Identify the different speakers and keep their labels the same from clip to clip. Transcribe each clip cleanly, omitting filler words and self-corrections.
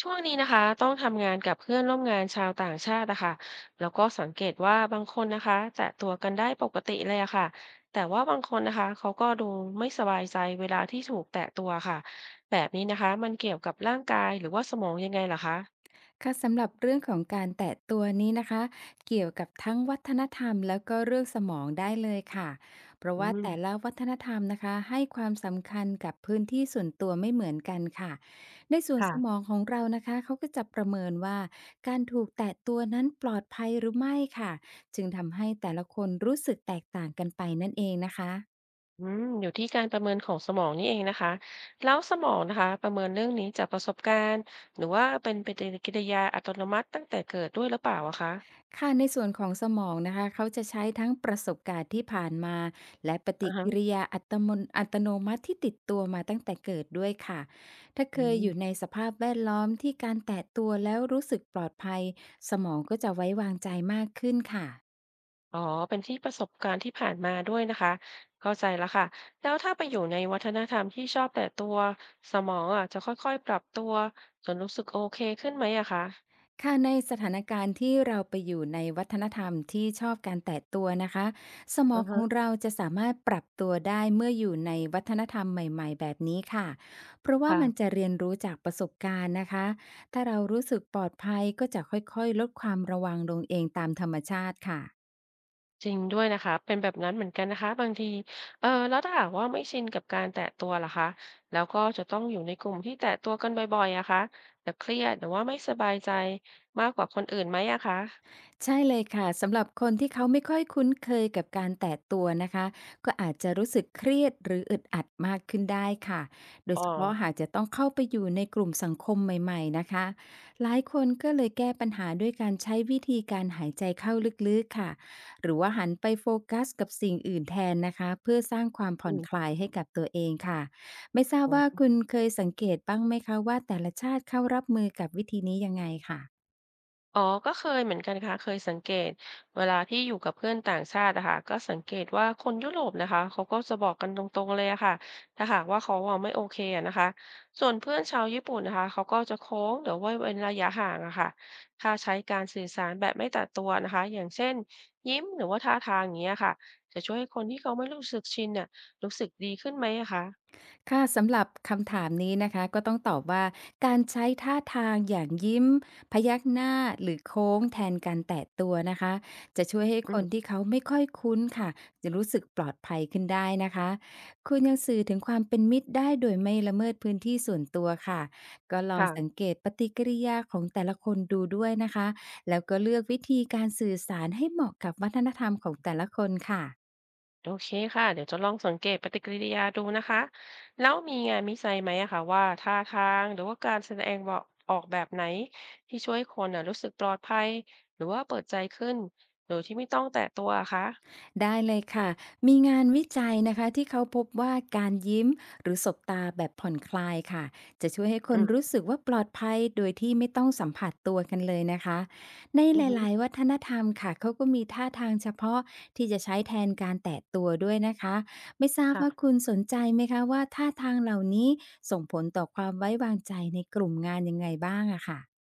Speaker 1: ช่วงนี้นะคะต้องทำงานกับเพื่อนร่วมงานชาวต่างชาตินะคะแล้วก็สังเกตว่าบางคนนะคะจะตัวกันได้ปกติเลยอะค่ะแต่ว่าบางคนนะคะเขาก็ดูไม่สบายใจเวลาที่ถูกแตะตัวค่ะแบบนี้นะคะมันเกี่ยวกับร่างกายหรือว่าสมองยังไงล่ะคะ
Speaker 2: ค่ะสำหรับเรื่องของการแตะตัวนี้นะคะเกี่ยวกับทั้งวัฒนธรรมแล้วก็เรื่องสมองได้เลยค่ะเพราะ
Speaker 1: อื
Speaker 2: ว่า
Speaker 1: ม
Speaker 2: แต่ละวัฒนธรรมนะคะให้ความสำคัญกับพื้นที่ส่วนตัวไม่เหมือนกันค่ะในส่วน
Speaker 1: ค่ะ
Speaker 2: สมองของเรานะคะเขาก็จะประเมินว่าการถูกแตะตัวนั้นปลอดภัยหรือไม่ค่ะจึงทำให้แต่ละคนรู้สึกแตกต่างกันไปนั่นเองนะคะ
Speaker 1: อืมอยู่ที่การประเมินของสมองนี่เองนะคะแล้วสมองนะคะประเมินเรื่องนี้จากประสบการณ์หรือว่าเป็นปฏิกิริยาอัตโนมัติตั้งแต่เกิดด้วยหรือเปล่าอะคะ
Speaker 2: ค่ะในส่วนของสมองนะคะเขาจะใช้ทั้งประสบการณ์ที่ผ่านมาและปฏิ
Speaker 1: อ่าฮะ
Speaker 2: กิริยาอัตโนมัติที่ติดตัวมาตั้งแต่เกิดด้วยค่ะถ้าเค
Speaker 1: อื
Speaker 2: ยอยู่
Speaker 1: ม
Speaker 2: ในสภาพแวดล้อมที่การแตะตัวแล้วรู้สึกปลอดภัยสมองก็จะไว้วางใจมากขึ้นค่ะ
Speaker 1: อ๋อเป็นที่ประสบการณ์ที่ผ่านมาด้วยนะคะ เข้าใจแล้วค่ะ แล้วถ้าไปอยู่ในวัฒนธรรมที่ชอบแต่ตัวสมองอ่ะจะค่อยๆปรับตัวจนรู้สึกโอเคขึ้นไหมอะคะ
Speaker 2: ค่ะในสถานการณ์ที่เราไปอยู่ในวัฒนธรรมที่ชอบการแตะตัวนะคะสม
Speaker 1: อื
Speaker 2: อง
Speaker 1: อ
Speaker 2: ขอ
Speaker 1: ฮะ
Speaker 2: งเราจะสามารถปรับตัวได้เมื่ออยู่ในวัฒนธรรมใหม่ๆแบบนี้ค่ะเพราะว่า
Speaker 1: ค่ะ
Speaker 2: มันจะเรียนรู้จากประสบการณ์นะคะถ้าเรารู้สึกปลอดภัยก็จะค่อยๆลดความระวังลงเองตามธรรมชาติค่ะ
Speaker 1: จริงด้วยนะคะเป็นแบบนั้นเหมือนกันนะคะบางทีเออแล้วถ้าหากว่าไม่ชินกับการแตะตัวล่ะคะแล้วก็จะต้องอยู่ในกลุ่มที่แตะตัวกันบ่อยๆอะคะจะเครียดหรือว่าไม่สบายใจมากกว่าคนอื่นไหมอะคะ
Speaker 2: ใช่เลยค่ะสำหรับคนที่เขาไม่ค่อยคุ้นเคยกับการแตะตัวนะคะก็อาจจะรู้สึกเครียดหรืออึดอัดมากขึ้นได้ค่ะโดย
Speaker 1: อ๋อ
Speaker 2: เฉพาะหากจะต้องเข้าไปอยู่ในกลุ่มสังคมใหม่ๆนะคะหลายคนก็เลยแก้ปัญหาด้วยการใช้วิธีการหายใจเข้าลึกๆค่ะหรือว่าหันไปโฟกัสกับสิ่งอื่นแทนนะคะเพื่อสร้างความผ่อ
Speaker 1: อื
Speaker 2: นค
Speaker 1: ม
Speaker 2: ลายให้กับตัวเองค่ะไม่ทราบว่าคุณเคยสังเกตบ้างไหมคะว่าแต่ละชาติเข้ารับมือกับวิธีนี้ยังไงค่ะ
Speaker 1: อ๋อก็เคยเหมือนกันค่ะเคยสังเกตเวลาที่อยู่กับเพื่อนต่างชาติอะค่ะก็สังเกตว่าคนยุโรปนะคะเขาก็จะบอกกันตรงๆเลยอะค่ะถ้าหากว่าเขาอะไม่โอเคอะนะคะส่วนเพื่อนชาวญี่ปุ่นนะคะเขาก็จะโค้งหรือว่าเว้นระยะห่างอะค่ะถ้าใช้การสื่อสารแบบไม่ตัดตัวนะคะอย่างเช่นยิ้มหรือว่าท่าทางอย่างเงี้ยค่ะจะช่วยให้คนที่เขาไม่รู้สึกชินเนี่ยรู้สึกดีขึ้นไหมอะคะ
Speaker 2: ค่ะสำหรับคำถามนี้นะคะก็ต้องตอบว่าการใช้ท่าทางอย่างยิ้มพยักหน้าหรือโค้งแทนการแตะตัวนะคะจะช่วยให้
Speaker 1: อื
Speaker 2: คน
Speaker 1: ม
Speaker 2: ที่เขาไม่ค่อยคุ้นค่ะจะรู้สึกปลอดภัยขึ้นได้นะคะคุณยังสื่อถึงความเป็นมิตรได้โดยไม่ละเมิดพื้นที่ส่วนตัวค่ะก็ลองสั
Speaker 1: ค่ะ
Speaker 2: งเกตปฏิกิริยาของแต่ละคนดูด้วยนะคะแล้วก็เลือกวิธีการสื่อสารให้เหมาะกับวัฒนธรรมของแต่ละคนค่ะ
Speaker 1: โอเคค่ะเดี๋ยวจะลองสังเกตปฏิกิริยาดูนะคะแล้วมีงานวิจัยไหมอะคะว่าท่าทางหรือว่าการแสดงบอกออกแบบไหนที่ช่วยให้คนอะรู้สึกปลอดภัยหรือว่าเปิดใจขึ้นโดยที่ไม่ต้องแตะตัวอะคะ
Speaker 2: ได้เลยค่ะ มีงานวิจัยนะคะที่เขาพบว่าการยิ้มหรือสบตาแบบผ่อนคลายค่ะจะช่วยให้ค
Speaker 1: อื
Speaker 2: นรู้
Speaker 1: ม
Speaker 2: สึกว่าปลอดภัยโดยที่ไม่ต้องสัมผัสตัวกันเลยนะคะใน
Speaker 1: อื
Speaker 2: ห
Speaker 1: อฮึ
Speaker 2: ลายๆวัฒนธรรมค่ะเขาก็มีท่าทางเฉพาะที่จะใช้แทนการแตะตัวด้วยนะคะไม่ทราบว่า
Speaker 1: ค่ะ
Speaker 2: คุณสนใจไหมคะว่าท่าทางเหล่านี้ส่งผลต่อความไว้วางใจในกลุ่มงานยังไงบ้างอะค่ะ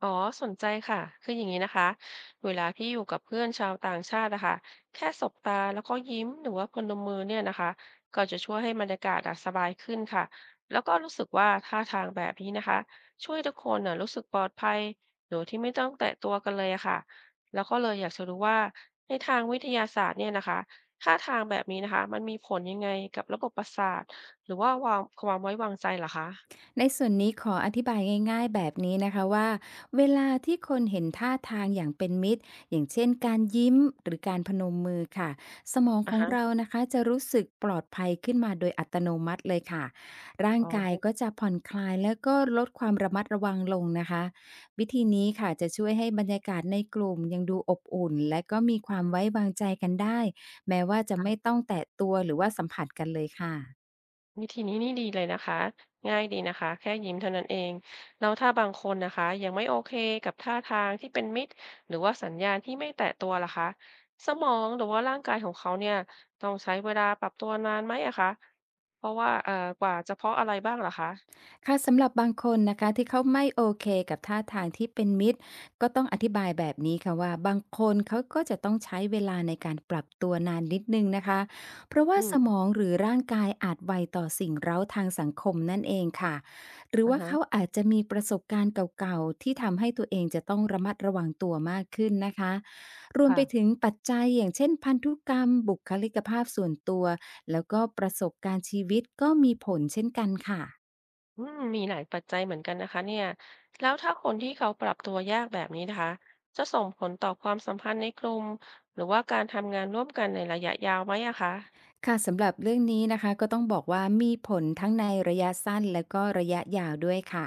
Speaker 1: อ๋อสนใจค่ะคืออย่างนี้นะคะเวลาที่อยู่กับเพื่อนชาวต่างชาตินะคะแค่สบตาแล้วก็ยิ้มหรือว่าพนมมือเนี่ยนะคะก็จะช่วยให้บรรยากาศอะสบายขึ้นค่ะแล้วก็รู้สึกว่าท่าทางแบบนี้นะคะช่วยทุกคนน่ะรู้สึกปลอดภัยโดยที่ไม่ต้องแตะตัวกันเลยอะค่ะแล้วก็เลยอยากจะรู้ว่าในทางวิทยาศาสตร์เนี่ยนะคะท่าทางแบบนี้นะคะมันมีผลยังไงกับระบบประสาทหรือว่าความไว้วางใจเหรอคะ
Speaker 2: ในส่วนนี้ขออธิบายง่ายๆแบบนี้นะคะว่าเวลาที่คนเห็นท่าทางอย่างเป็นมิตรอย่างเช่นการยิ้มหรือการพนมมือค่ะสมอง
Speaker 1: อ่ะ
Speaker 2: ของ
Speaker 1: ฮะ
Speaker 2: เรานะคะจะรู้สึกปลอดภัยขึ้นมาโดยอัตโนมัติเลยค่ะร่าง
Speaker 1: อ๋
Speaker 2: กาย
Speaker 1: อ
Speaker 2: ก็จะผ่อนคลายแล้วก็ลดความระมัดระวังลงนะคะวิธีนี้ค่ะจะช่วยให้บรรยากาศในกลุ่มยังดูอบอุ่นและก็มีความไว้วางใจกันได้แม้ว่าจะไม่ต้องแตะตัวหรือว่าสัมผัสกันเลยค่ะ
Speaker 1: วิธีนี้นี่ดีเลยนะคะง่ายดีนะคะแค่ยิ้มเท่านั้นเองแล้วถ้าบางคนนะคะยังไม่โอเคกับท่าทางที่เป็นมิตรหรือว่าสัญญาณที่ไม่แตะตัวล่ะคะสมองหรือว่าร่างกายของเขาเนี่ยต้องใช้เวลาปรับตัวนานไหมอะคะเพราะว่ากว่าจะเพราะอะไรบ้างล่ะคะ
Speaker 2: ค่ะสำหรับบางคนนะคะที่เขาไม่โอเคกับท่าทางที่เป็นมิตรก็ต้องอธิบายแบบนี้ค่ะว่าบางคนเขาก็จะต้องใช้เวลาในการปรับตัวนานนิดนึงนะคะเพราะ
Speaker 1: อื
Speaker 2: ว่าสม
Speaker 1: ม
Speaker 2: องหรือร่างกายอาจไวต่อสิ่งเร้าทางสังคมนั่นเองค่ะหรือ
Speaker 1: อ่า
Speaker 2: ว่าเขา
Speaker 1: ฮะ
Speaker 2: อาจจะมีประสบการณ์เก่าๆที่ทำให้ตัวเองจะต้องระมัดระวังตัวมากขึ้นนะคะรวมไป
Speaker 1: ค่ะ
Speaker 2: ถึงปัจจัยอย่างเช่นพันธุกรรมบุคลิกภาพส่วนตัวแล้วก็ประสบการณ์ชีวิตก็มีผลเช่นกันค่ะ
Speaker 1: อืมมีหลายปัจจัยเหมือนกันนะคะเนี่ยแล้วถ้าคนที่เขาปรับตัวยากแบบนี้นะคะจะส่งผลต่อความสัมพันธ์ในกลุ่มหรือว่าการทำงานร่วมกันในระยะยาวไหมอะคะ
Speaker 2: ค่ะสำหรับเรื่องนี้นะคะก็ต้องบอกว่ามีผลทั้งในระยะสั้นและก็ระยะยาวด้วยค่ะ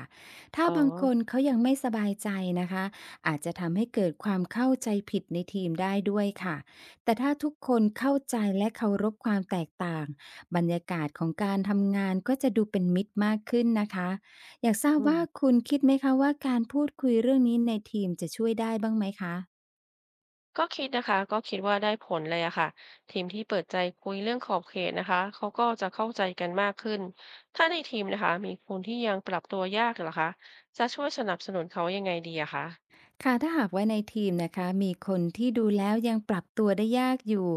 Speaker 2: ถ้า
Speaker 1: อ๋อ
Speaker 2: บางคนเขายังไม่สบายใจนะคะอาจจะทำให้เกิดความเข้าใจผิดในทีมได้ด้วยค่ะแต่ถ้าทุกคนเข้าใจและเคารพความแตกต่างบรรยากาศของการทำงานก็จะดูเป็นมิตรมากขึ้นนะคะอยากทราบ
Speaker 1: อืม
Speaker 2: ว่าคุณคิดไหมคะว่าการพูดคุยเรื่องนี้ในทีมจะช่วยได้บ้างไหมคะ
Speaker 1: ก็คิดนะคะก็คิดว่าได้ผลเลยอะค่ะทีมที่เปิดใจคุยเรื่องขอบเขตนะคะเขาก็จะเข้าใจกันมากขึ้นถ้าในทีมนะคะมีคนที่ยังปรับตัวยากเหรอคะจะช่วยสนับสนุนเขายังไงดีอะคะ
Speaker 2: ค่ะถ้าหากว่าในทีมนะคะมีคนที่ดูแล้วยังปรับตัวได้ยากอยู่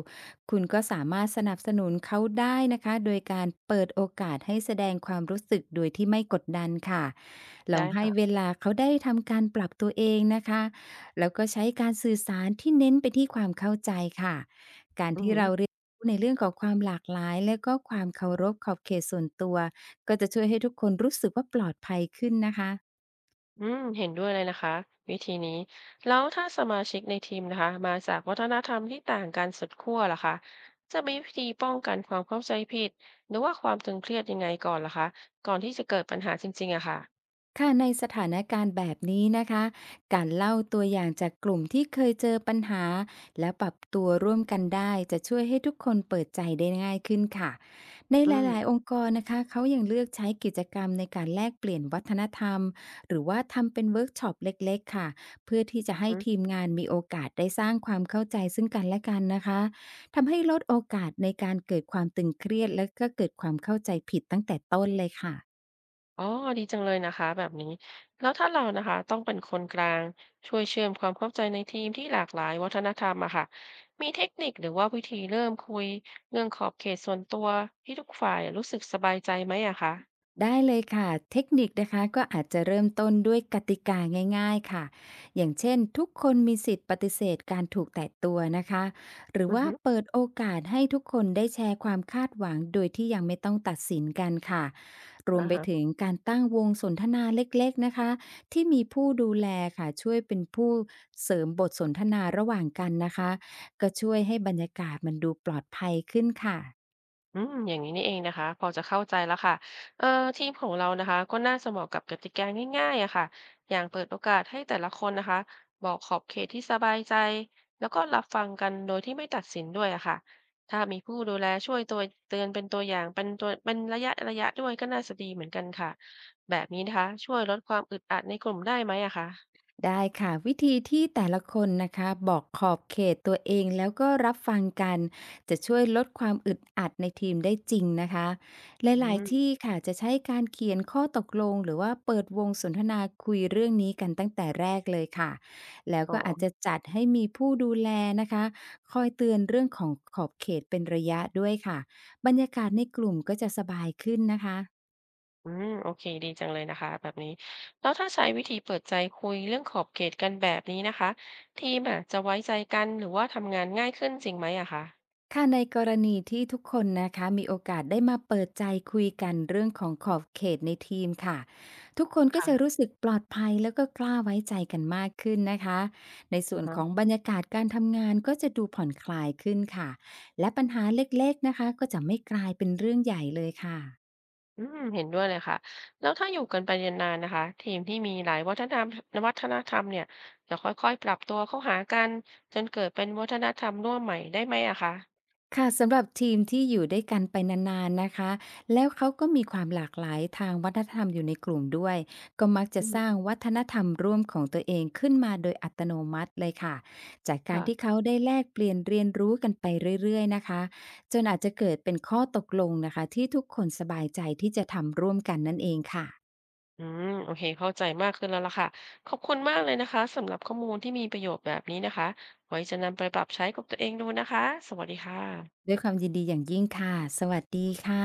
Speaker 2: คุณก็สามารถสนับสนุนเขาได้นะคะโดยการเปิดโอกาสให้แสดงความรู้สึกโดยที่ไม่กดดันค่ะลอ
Speaker 1: ได้
Speaker 2: งให้
Speaker 1: ค่ะ
Speaker 2: เวลาเขาได้ทำการปรับตัวเองนะคะแล้วก็ใช้การสื่อสารที่เน้นไปที่ความเข้าใจค่ะ
Speaker 1: อือหือ
Speaker 2: ในเรื่องของความหลากหลายและก็ความเคารพขอบเขตส่วนตัวก็จะช่วยให้ทุกคนรู้สึกว่าปลอดภัยขึ้นนะคะ
Speaker 1: อืมเห็นด้วยเลยนะคะวิธีนี้แล้วถ้าสมาชิกในทีมนะคะมาจากวัฒนธรรมที่ต่างกันสุดขั้วล่ะคะจะมีวิธีป้องกันความเข้าใจผิดหรือว่าความตึงเครียดยังไงก่อนล่ะคะก่อนที่จะเกิดปัญหาจริงๆอะค่ะ
Speaker 2: ค่ะในสถานการณ์แบบนี้นะคะ การเล่าตัวอย่างจากกลุ่มที่เคยเจอปัญหาและปรับตัวร่วมกันได้จะช่วยให้ทุกคนเปิดใจได้ง่ายขึ้นค่ะ ใน
Speaker 1: อื
Speaker 2: ห
Speaker 1: ม
Speaker 2: ลายๆ องค์กรนะคะเขายังเลือกใช้กิจกรรมในการแลกเปลี่ยนวัฒนธรรมหรือว่าทำเป็นเวิร์กช็อปเล็กๆค่ะเพื่อที่จะให้ทีมงานมีโอกาสได้สร้างความเข้าใจซึ่งกันและกันนะคะทำให้ลดโอกาสในการเกิดความตึงเครียดและก็เกิดความเข้าใจผิดตั้งแต่ต้นเลยค่ะ
Speaker 1: อ๋อ ดีจังเลยนะคะแบบนี้ แล้วถ้าเรานะคะต้องเป็นคนกลางช่วยเชื่อมความเข้าใจในทีมที่หลากหลายวัฒนธรรมอะค่ะมีเทคนิคหรือว่าวิธีเริ่มคุยเรื่องขอบเขตส่วนตัวที่ทุกฝ่ายรู้สึกสบายใจไหมอะคะ
Speaker 2: ได้เลยค่ะเทคนิคนะคะก็อาจจะเริ่มต้นด้วยกติกาง่ายๆค่ะอย่างเช่นทุกคนมีสิทธิ์ปฏิเสธการถูกแตะตัวนะคะหรือ
Speaker 1: อือ
Speaker 2: ว่า
Speaker 1: ฮึ
Speaker 2: เปิดโอกาสให้ทุกคนได้แชร์ความคาดหวังโดยที่ยังไม่ต้องตัดสินกันค่ะรวม
Speaker 1: อ่า
Speaker 2: ไป
Speaker 1: ฮะ
Speaker 2: ถึงการตั้งวงสนทนาเล็กๆนะคะที่มีผู้ดูแลค่ะช่วยเป็นผู้เสริมบทสนทนาระหว่างกันนะคะก็ช่วยให้บรรยากาศมันดูปลอดภัยขึ้นค่ะ
Speaker 1: อืมอย่างนี้นี่เองนะคะพอจะเข้าใจแล้วค่ะเอ่อทีมของเรานะคะก็น่าจะเหมาะกับกติกาง่ายๆอะค่ะอย่างเปิดโอกาสให้แต่ละคนนะคะบอกขอบเขตที่สบายใจแล้วก็รับฟังกันโดยที่ไม่ตัดสินด้วยอะค่ะถ้ามีผู้ดูแลช่วยตัวเตือนเป็นตัวอย่างเป็นตัวเป็นระยะด้วยก็น่าจะดีเหมือนกันค่ะแบบนี้นะคะช่วยลดความอึดอัดในกลุ่มได้ไหมอะคะ
Speaker 2: ได้ค่ะวิธีที่แต่ละคนนะคะบอกขอบเขตตัวเองแล้วก็รับฟังกันจะช่วยลดความอึดอัดในทีมได้จริงนะคะห
Speaker 1: อื
Speaker 2: ลายๆ
Speaker 1: ม
Speaker 2: ที่ค่ะจะใช้การเขียนข้อตกลงหรือว่าเปิดวงสนทนาคุยเรื่องนี้กันตั้งแต่แรกเลยค่ะแล้ว
Speaker 1: อ๋
Speaker 2: ก็อาจ
Speaker 1: อ
Speaker 2: จะจัดให้มีผู้ดูแลนะคะคอยเตือนเรื่องของขอบเขตเป็นระยะด้วยค่ะบรรยากาศในกลุ่มก็จะสบายขึ้นนะคะ
Speaker 1: อืมโอเคดีจังเลยนะคะแบบนี้แล้วถ้าใช้วิธีเปิดใจคุยเรื่องขอบเขตกันแบบนี้นะคะทีมอะจะไว้ใจกันหรือว่าทำงานง่ายขึ้นจริงไหมอะคะ
Speaker 2: ค่ะในกรณีที่ทุกคนนะคะมีโอกาสได้มาเปิดใจคุยกันเรื่องของขอบเขตในทีมค่ะทุกคนก็จะ
Speaker 1: ค่ะ
Speaker 2: รู้สึกปลอดภัยแล้วก็กล้าไว้ใจกันมากขึ้นนะคะใน
Speaker 1: อื
Speaker 2: ส่ว
Speaker 1: อ
Speaker 2: น
Speaker 1: ฮะ
Speaker 2: ของบรรยากาศการทำงานก็จะดูผ่อนคลายขึ้นค่ะและปัญหาเล็กๆนะคะก็จะไม่กลายเป็นเรื่องใหญ่เลยค่ะ
Speaker 1: อืมเห็นด้วยเลยค่ะแล้วถ้าอยู่กันไปนานๆนะคะทีมที่มีหลายวัฒนธรรมเนี่ยจะค่อยๆปรับตัวเข้าหากันจนเกิดเป็นวัฒนธรรมร่วมใหม่ได้ไหมอะคะ
Speaker 2: ค่ะสำหรับทีมที่อยู่ด้วยกันไปนานๆนะคะแล้วเขาก็มีความหลากหลายทางวัฒนธรรมอยู่ในกลุ่มด้วยก็มักจะ
Speaker 1: อื
Speaker 2: สร้าง
Speaker 1: ม
Speaker 2: วัฒนธรรมร่วมของตัวเองขึ้นมาโดยอัตโนมัติเลยค่ะจากการที่
Speaker 1: ค่ะ
Speaker 2: เขาได้แลกเปลี่ยนเรียนรู้กันไปเรื่อยๆนะคะจนอาจจะเกิดเป็นข้อตกลงนะคะที่ทุกคนสบายใจที่จะทำร่วมกันนั่นเองค่ะ
Speaker 1: อืมโอเคเข้าใจมากขึ้นแล้วล่ะค่ะขอบคุณมากเลยนะคะสำหรับข้อมูลที่มีประโยชน์แบบนี้นะคะไว้จะนำไปปรับใช้กับตัวเองดูนะคะสวัสดีค่ะ
Speaker 2: ด้วยความยินดีอย่างยิ่งค่ะสวัสดีค่ะ